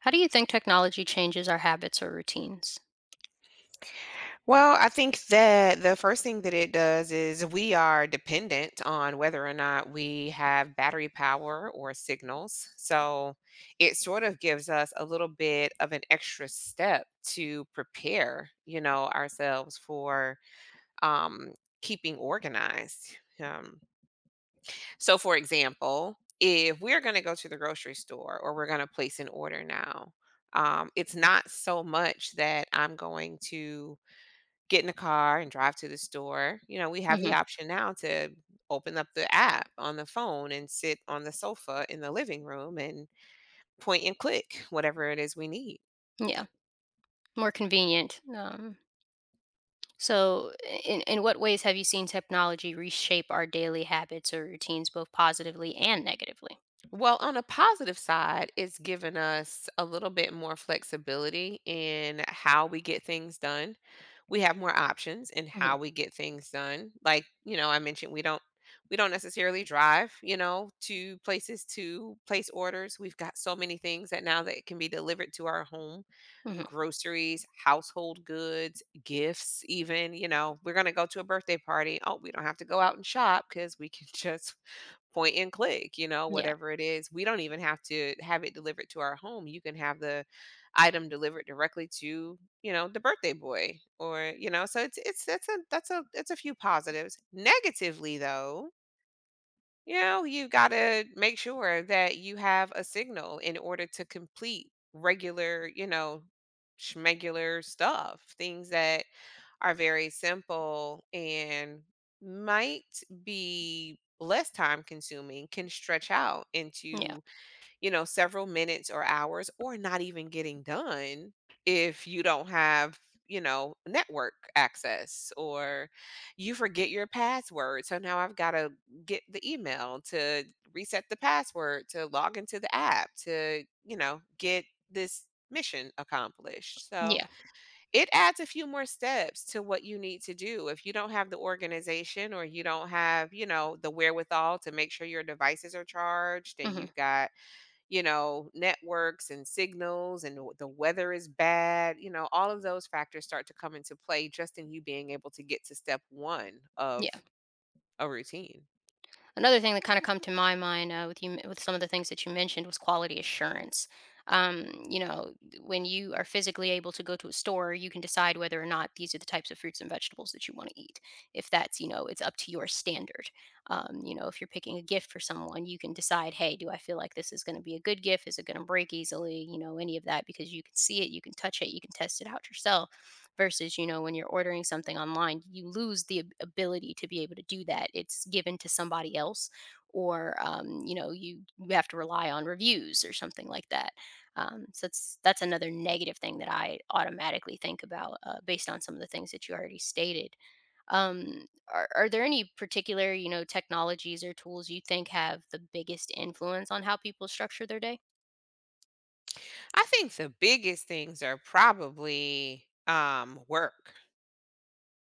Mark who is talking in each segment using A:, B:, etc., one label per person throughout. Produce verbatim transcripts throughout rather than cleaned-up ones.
A: How do you think technology changes our habits or routines?
B: Well, I think that the first thing that it does is we are dependent on whether or not we have battery power or signals. So it sort of gives us a little bit of an extra step to prepare, you know, ourselves for um, keeping organized. Um, so, for example, if we're going to go to the grocery store or we're going to place an order now, um, it's not so much that I'm going to get in the car and drive to the store. You know, we have the
A: Hmm.
B: option now to open up the app on the phone and sit on the sofa in the living room and point and click whatever it is we need.
A: Yeah, more convenient. Um, so, in, in what ways have you seen technology reshape our daily habits or routines, both positively and negatively?
B: Well, on a positive side, it's given us a little bit more flexibility in how we get things done. We have more options in
A: Hmm.
B: how we get things done. Like, you know, I mentioned we don't we don't necessarily drive, you know, to places to place orders. We've got so many things that now that can be delivered to our home,
A: Hmm.
B: groceries, household goods, gifts even, you know. We're going to go to a birthday party. Oh, we don't have to go out and shop cuz we can just point and click, you know,
A: Yeah,
B: whatever it is. We don't even have to have it delivered to our home. You can have the item delivered directly to, you know, the birthday boy, or, you know, so it's it's that's a that's a that's a few positives. Negatively though, you know, you got to make sure that you have a signal in order to complete regular, you know, schmegular stuff, things that are very simple and might be less time consuming can stretch out
A: yeah,
B: into, you know, several minutes or hours or not even getting done if you don't have, you know, network access or you forget your password. So now I've got to get the email to reset the password, to log into the app, to, you know, get this mission accomplished. So,
A: yeah.
B: it adds a few more steps to what you need to do. If you don't have the organization or you don't have, you know, the wherewithal to make sure your devices are charged and
A: Hmm.
B: you've got, you know, networks and signals and w- the weather is bad, you know, all of those factors start to come into play just in you being able to get to step one
A: Yeah.
B: of a routine.
A: Another thing that kind of come to my mind uh, with you with some of the things that you mentioned was quality assurance. Um, you know, when you are physically able to go to a store, you can decide whether or not these are the types of fruits and vegetables that you want to eat. If that's, you know, it's up to your standard. Um, you know, if you're picking a gift for someone, you can decide, hey, do I feel like this is going to be a good gift? Is it going to break easily? You know, any of that because you can see it, you can touch it, you can test it out yourself versus, you know, when you're ordering something online, you lose the ab- ability to be able to do that. It's given to somebody else, or um, you know, you you have to rely on reviews or something like that. Um, so that's that's another negative thing that I automatically think about uh, based on some of the things that you already stated. Um, are, are there any particular, you know technologies or tools you think have the biggest influence on how people structure their day?
B: I think the biggest things are probably um work.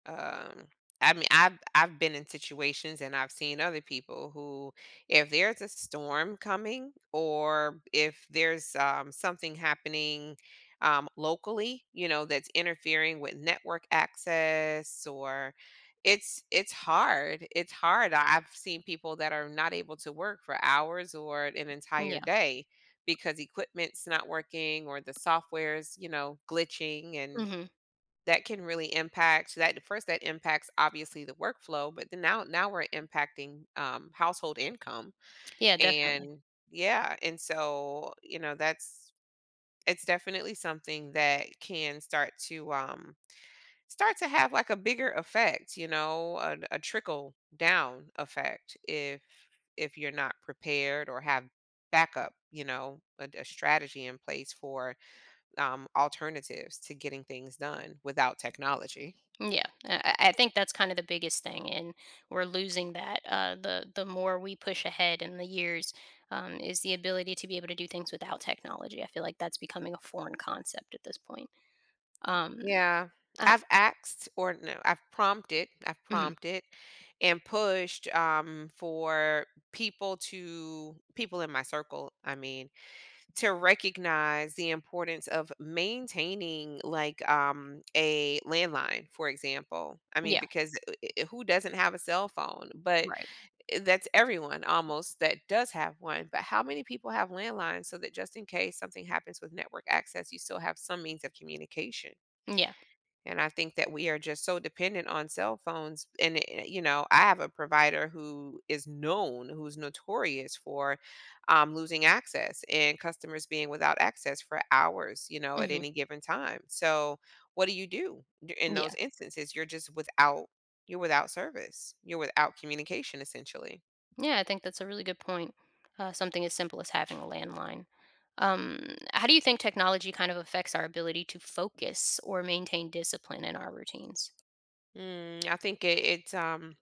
B: Um, I mean, I've I've been in situations and I've seen other people who, if there's a storm coming or if there's um, something happening um, locally, you know, that's interfering with network access, or it's it's hard. It's hard. I- I've seen people that are not able to work for hours or an
A: Mm,
B: entire
A: yeah.
B: day because equipment's not working or the software's, you know, glitching, and
A: Hmm.
B: that can really impact. So that first that impacts obviously the workflow, but then now now we're impacting um, household income.
A: Yeah, definitely.
B: And yeah, and so, you know, that's, it's definitely something that can start to um start to have like a bigger effect, you know, a, a trickle down effect if if you're not prepared or have backup, you know, a, a strategy in place for um, alternatives to getting things done without technology.
A: Yeah, I I think that's kind of the biggest thing, and we're losing that. Uh, the the more we push ahead in the years, um, is the ability to be able to do things without technology. I feel like that's becoming a foreign concept at this point. Um,
B: Yeah.
A: I,
B: I've asked, or no, I've prompted, I've
A: mhm,
B: prompted and pushed um for people to people in my circle, I mean, to recognize the importance of maintaining, like, um a landline, for example. I mean,
A: yeah,
B: because i- i- who doesn't have a cell phone? But
A: right.
B: eh, that's everyone almost that does have one. But how many people have landlines so that just in case something happens with network access, you still have some means of communication?
A: Yeah,
B: And I think that we are just so dependent on cell phones. And, eh, you know, I have a provider who is known, who's notorious for um, losing access and customers being without access for hours, you know, at
A: hmm,
B: any given time. So, what do you do d- in
A: yeah,
B: those instances? You're just without, you're without service, you're without communication essentially.
A: yeah. I think that's a really good point. Uh, something as simple as having a landline. Um, how do you think technology kind of affects our ability to focus or maintain discipline in our routines?
B: Mm, I think it, it's, um,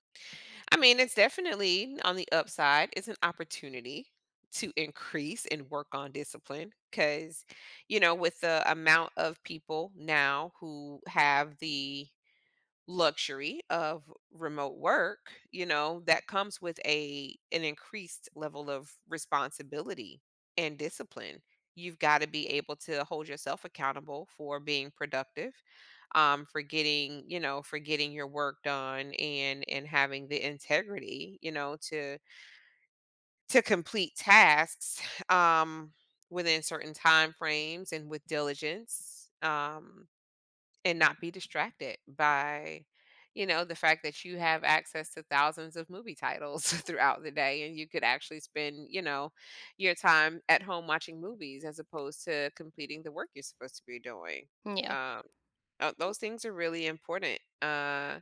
B: I mean, it's definitely on the upside. It's an opportunity to increase and work on discipline because, you know, with the amount of people now who have the luxury of remote work, you know, that comes with a an increased level of responsibility and discipline. You've got to be able to hold yourself accountable for being productive, um, for getting, you know, for getting your work done and and having the integrity, you know, to to complete tasks um within certain time frames and with diligence. Um and not be distracted by, you know, the fact that you have access to thousands of movie titles throughout the day, and you could actually spend, you know, your time at home watching movies as opposed to completing the work you're supposed to be doing.
A: Yeah,
B: um uh, those things are really important. uh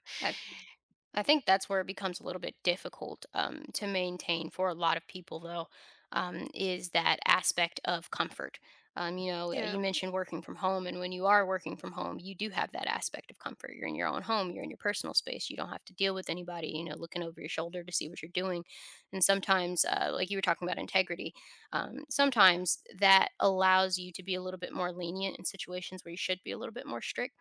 A: I think that's where it becomes a little bit difficult um, to maintain for a lot of people, though, um, is that aspect of comfort. Um, you know, uh,
B: Yeah.
A: you mentioned working from home, and when you are working from home, you do have that aspect of comfort. You're in your own home, you're in your personal space. You don't have to deal with anybody, you know, looking over your shoulder to see what you're doing. And sometimes, uh, like you were talking about integrity, um, sometimes that allows you to be a little bit more lenient in situations where you should be a little bit more strict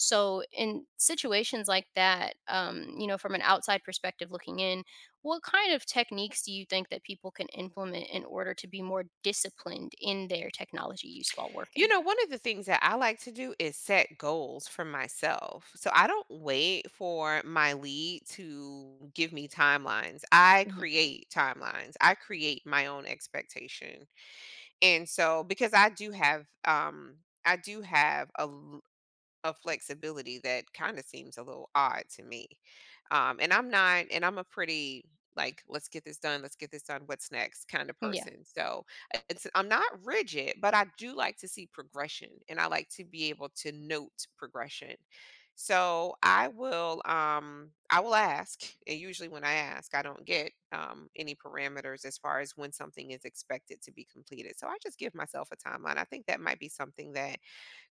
A: so, in situations like that, um, you know, from an outside perspective looking in, what kind of techniques do you think that people can implement in order to be more disciplined in their technology use while
B: You
A: working?
B: know, one of the things that I like to do is set goals for myself. So I don't wait for my lead to give me timelines. I
A: Hmm.
B: create timelines. I create my own expectation. And so, because I do have um I do have a of flexibility that kind of seems a little odd to me. Um, and I'm not, and I'm a pretty, like, let's get this done, let's get this done, what's next kind of
A: Yeah.
B: person. So, uh, it's, I'm not rigid, but I do like to see progression and I like to be able to note progression. So I will, um, I will ask, and usually when I ask, I don't get um, any parameters as far as when something is expected to be completed. So I just give myself a timeline. I think that might be something that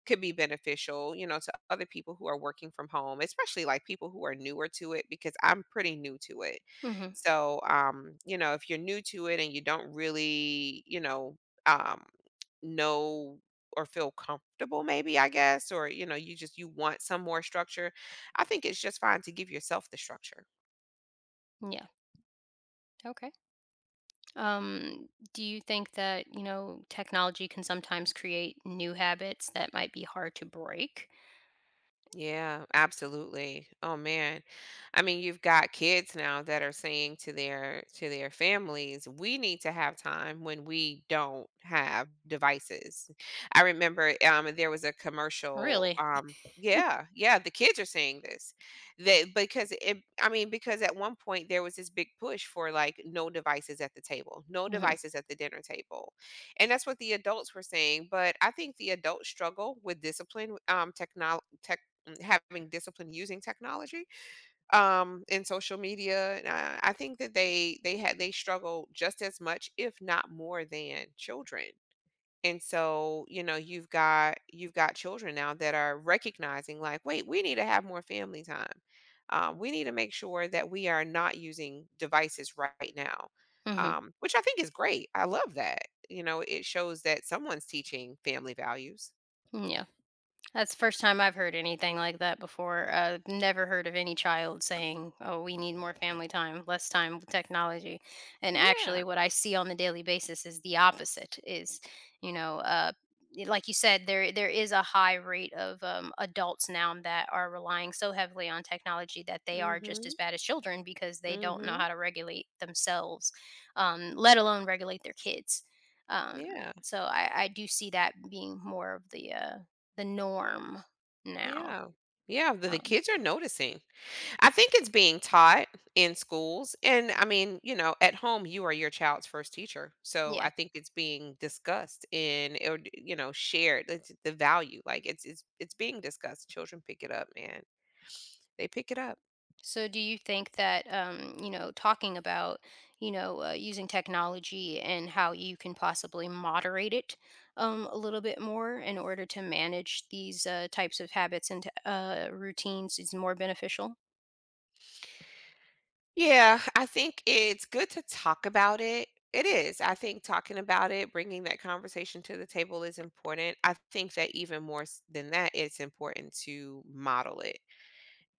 B: could be beneficial, you know, to other people who are working from home, especially like people who are newer to it because I'm pretty new to it.
A: Hmm.
B: So, um, you know, if you're new to it and you don't really, you know, um, know or feel comfortable, maybe I guess, or, you know, you just you want some more structure. I think it's just fine to give yourself the structure.
A: Yeah. Okay. Um, do you think that, you know, technology can sometimes create new habits that might be hard to break?
B: Yeah, absolutely. Oh man. I mean, you've got kids now that are saying to their to their families, we need to have time when we don't have devices. I remember um there was a commercial.
A: Really?
B: Um yeah, yeah, the kids are saying this. That, because it I mean, because at one point there was this big push for, like, no devices at the table, no
A: Hmm.
B: devices at the dinner table. And that's what the adults were saying, but I think the adults struggle with discipline, um technology, having discipline using technology, um in social media. And I, I think that they they had they struggle just as much, if not more, than children. And so, you know, you've got you've got children now that are recognizing, like, wait, we need to have more family time. Um, we need to make sure that we are not using devices right now,
A: Hmm.
B: um, which I think is great. I love that. You know, it shows that someone's teaching family values.
A: Yeah. That's the first time I've heard anything like that before. Uh, never heard of any child saying, "Oh, we need more family time, less time with technology." And
B: Yeah
A: actually, what I see on the daily basis is the opposite. Is you know, uh, y- like you said, there there is a high rate of um, adults now that are relying so heavily on technology that they are just as
B: mm-hmm
A: bad as children because they don't know
B: mm-hmm
A: how to regulate themselves, um, let alone regulate their kids. Um,
B: yeah
A: so I, I do see that being more of the uh, the norm now.
B: Yeah. Yeah, the, the
A: Um,
B: kids are noticing. I think it's being taught in schools. And I mean, you know, at home, you are your child's first teacher. So
A: yeah.
B: I think it's being discussed and, or, you know, shared, it's the value. Like it's, it's, it's being discussed. Children pick it up, man. They pick it up.
A: So, do you think that um, you know talking about you know uh, using technology and how you can possibly moderate it um, a little bit more in order to manage these uh, types of habits and uh, routines is more beneficial?
B: Yeah, I think it's good to talk about it. It is. I think talking about it, bringing that conversation to the table is important. I think that even more s- than that, it's important to model it,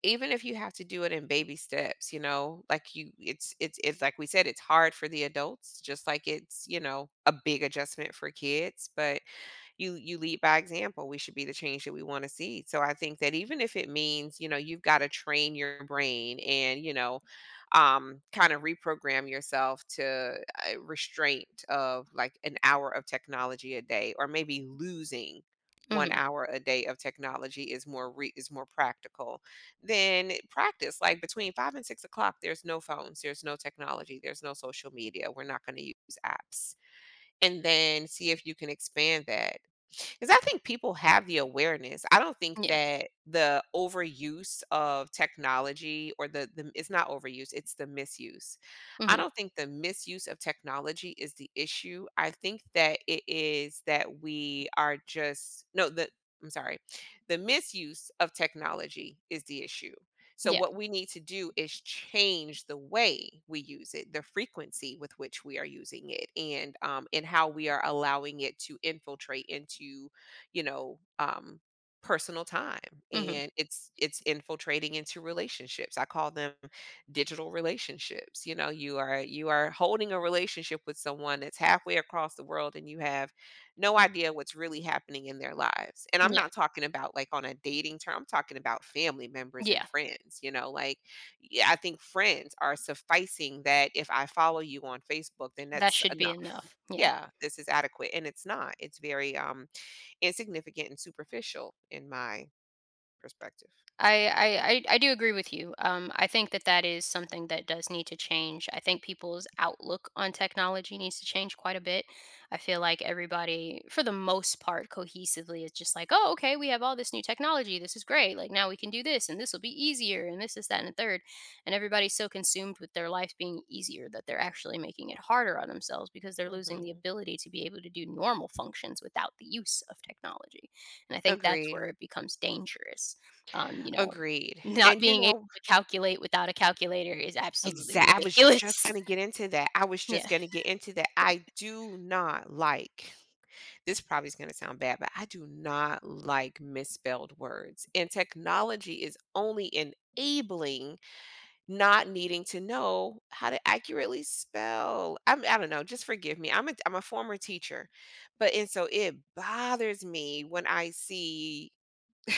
B: even if you have to do it in baby steps, you know, like you it's it's it's like we said, it's hard for the adults, just like it's, you know, a big adjustment for kids. But you you lead by example. We should be the change that we want to see. So I think that even if it means, you know, you've got to train your brain and, you know, um kind of reprogram yourself to a restraint of like an hour of technology a day, or maybe losing one
A: Hmm.
B: hour a day of technology is more re- is more practical. Then practice, like, between five and six o'clock there's no phones, there's no technology, there's no social media, we're not going to use apps. And then see if you can expand that, because I think people have the awareness. I don't think
A: Yeah.
B: that the overuse of technology, or the, the it's not overuse, it's the misuse. I
A: Hmm.
B: don't think the misuse of technology is the issue. I think that it is that we are just, no, the I'm sorry, the misuse of technology is the issue. So,
A: Yeah.
B: what we need to do is change the way we use it, the frequency with which we are using it, and um, and how we are allowing it to infiltrate into, you know, um, personal time.
A: Hmm.
B: And it's it's infiltrating into relationships. I call them digital relationships. You know, you are you are holding a relationship with someone that's halfway across the world, and you have no idea what's really happening in their lives. And I'm
A: Yeah.
B: not talking about like on a dating term, I'm talking about family members and
A: Yeah.
B: friends, you know, like, yeah, I think friends are sufficing that if I follow you on Facebook, then
A: That
B: that's
A: should be
B: enough.
A: enough. Yeah.
B: Yeah, this is adequate. And it's not. It's very um insignificant and superficial in my perspective.
A: I, I I I do agree with you. Um, I think that that is something that does need to change. I think people's outlook on technology needs to change quite a bit. I feel like everybody, for the most part, cohesively is just like, oh, okay, we have all this new technology. This is great. Like now we can do this, and this will be easier, and this is that and the third. And everybody's so consumed with their life being easier that they're actually making it harder on themselves because they're losing the
B: Hmm.
A: ability to be able to do normal functions without the use of technology. And I think that's
B: Agreed.
A: where it becomes dangerous um, you know,
B: Agreed.
A: not
B: And you
A: being able
B: know,
A: to calculate without a calculator is absolutely
B: exact I was just
A: ridiculous.
B: gonna get into that. I was
A: Yeah.
B: just gonna get into that. I do not like, this probably is going to sound bad, but I do not like misspelled words. And technology is only enabling not needing to know how to accurately spell. I'm, I don't know. Just forgive me. I'm a, I'm a former teacher, but and so it bothers me when I see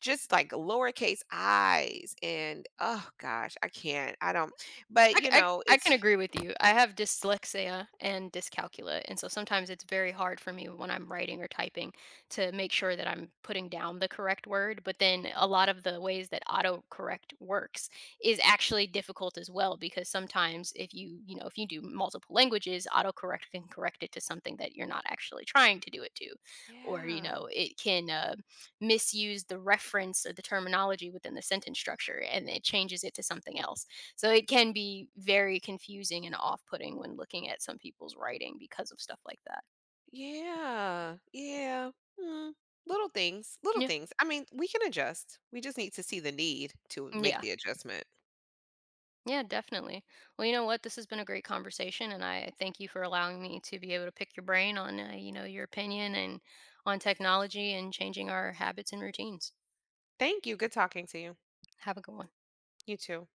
B: just, like, lowercase i's, and oh gosh, I can't. I don't. But
A: I c
B: you
A: I c
B: know,
A: I can
B: it's
A: agree with you. I have dyslexia and dyscalculia, and so sometimes it's very hard for me when I'm writing or typing to make sure that I'm putting down the correct word, but then a lot of the ways that autocorrect works is actually difficult as well because sometimes if you, you know, if you do multiple languages, autocorrect can correct it to something that you're not actually trying to do it to, or, you
B: yeah.
A: know, it can, uh, misuse the reference or the terminology within the sentence structure, and it changes it to something else. So it can be very confusing and off-putting when looking at some people's writing because of stuff like that.
B: Yeah, yeah. Mm, Little things, little
A: Yeah.
B: things. I mean, we can adjust. We just need to see the need to make
A: Yeah.
B: the adjustment.
A: Yeah, definitely. Well, you know what? This has been a great conversation, and I thank you for allowing me to be able to pick your brain on, uh, you know, your opinion and on technology and changing our habits and routines.
B: Thank you. Good talking to you.
A: Have a good one.
B: You too.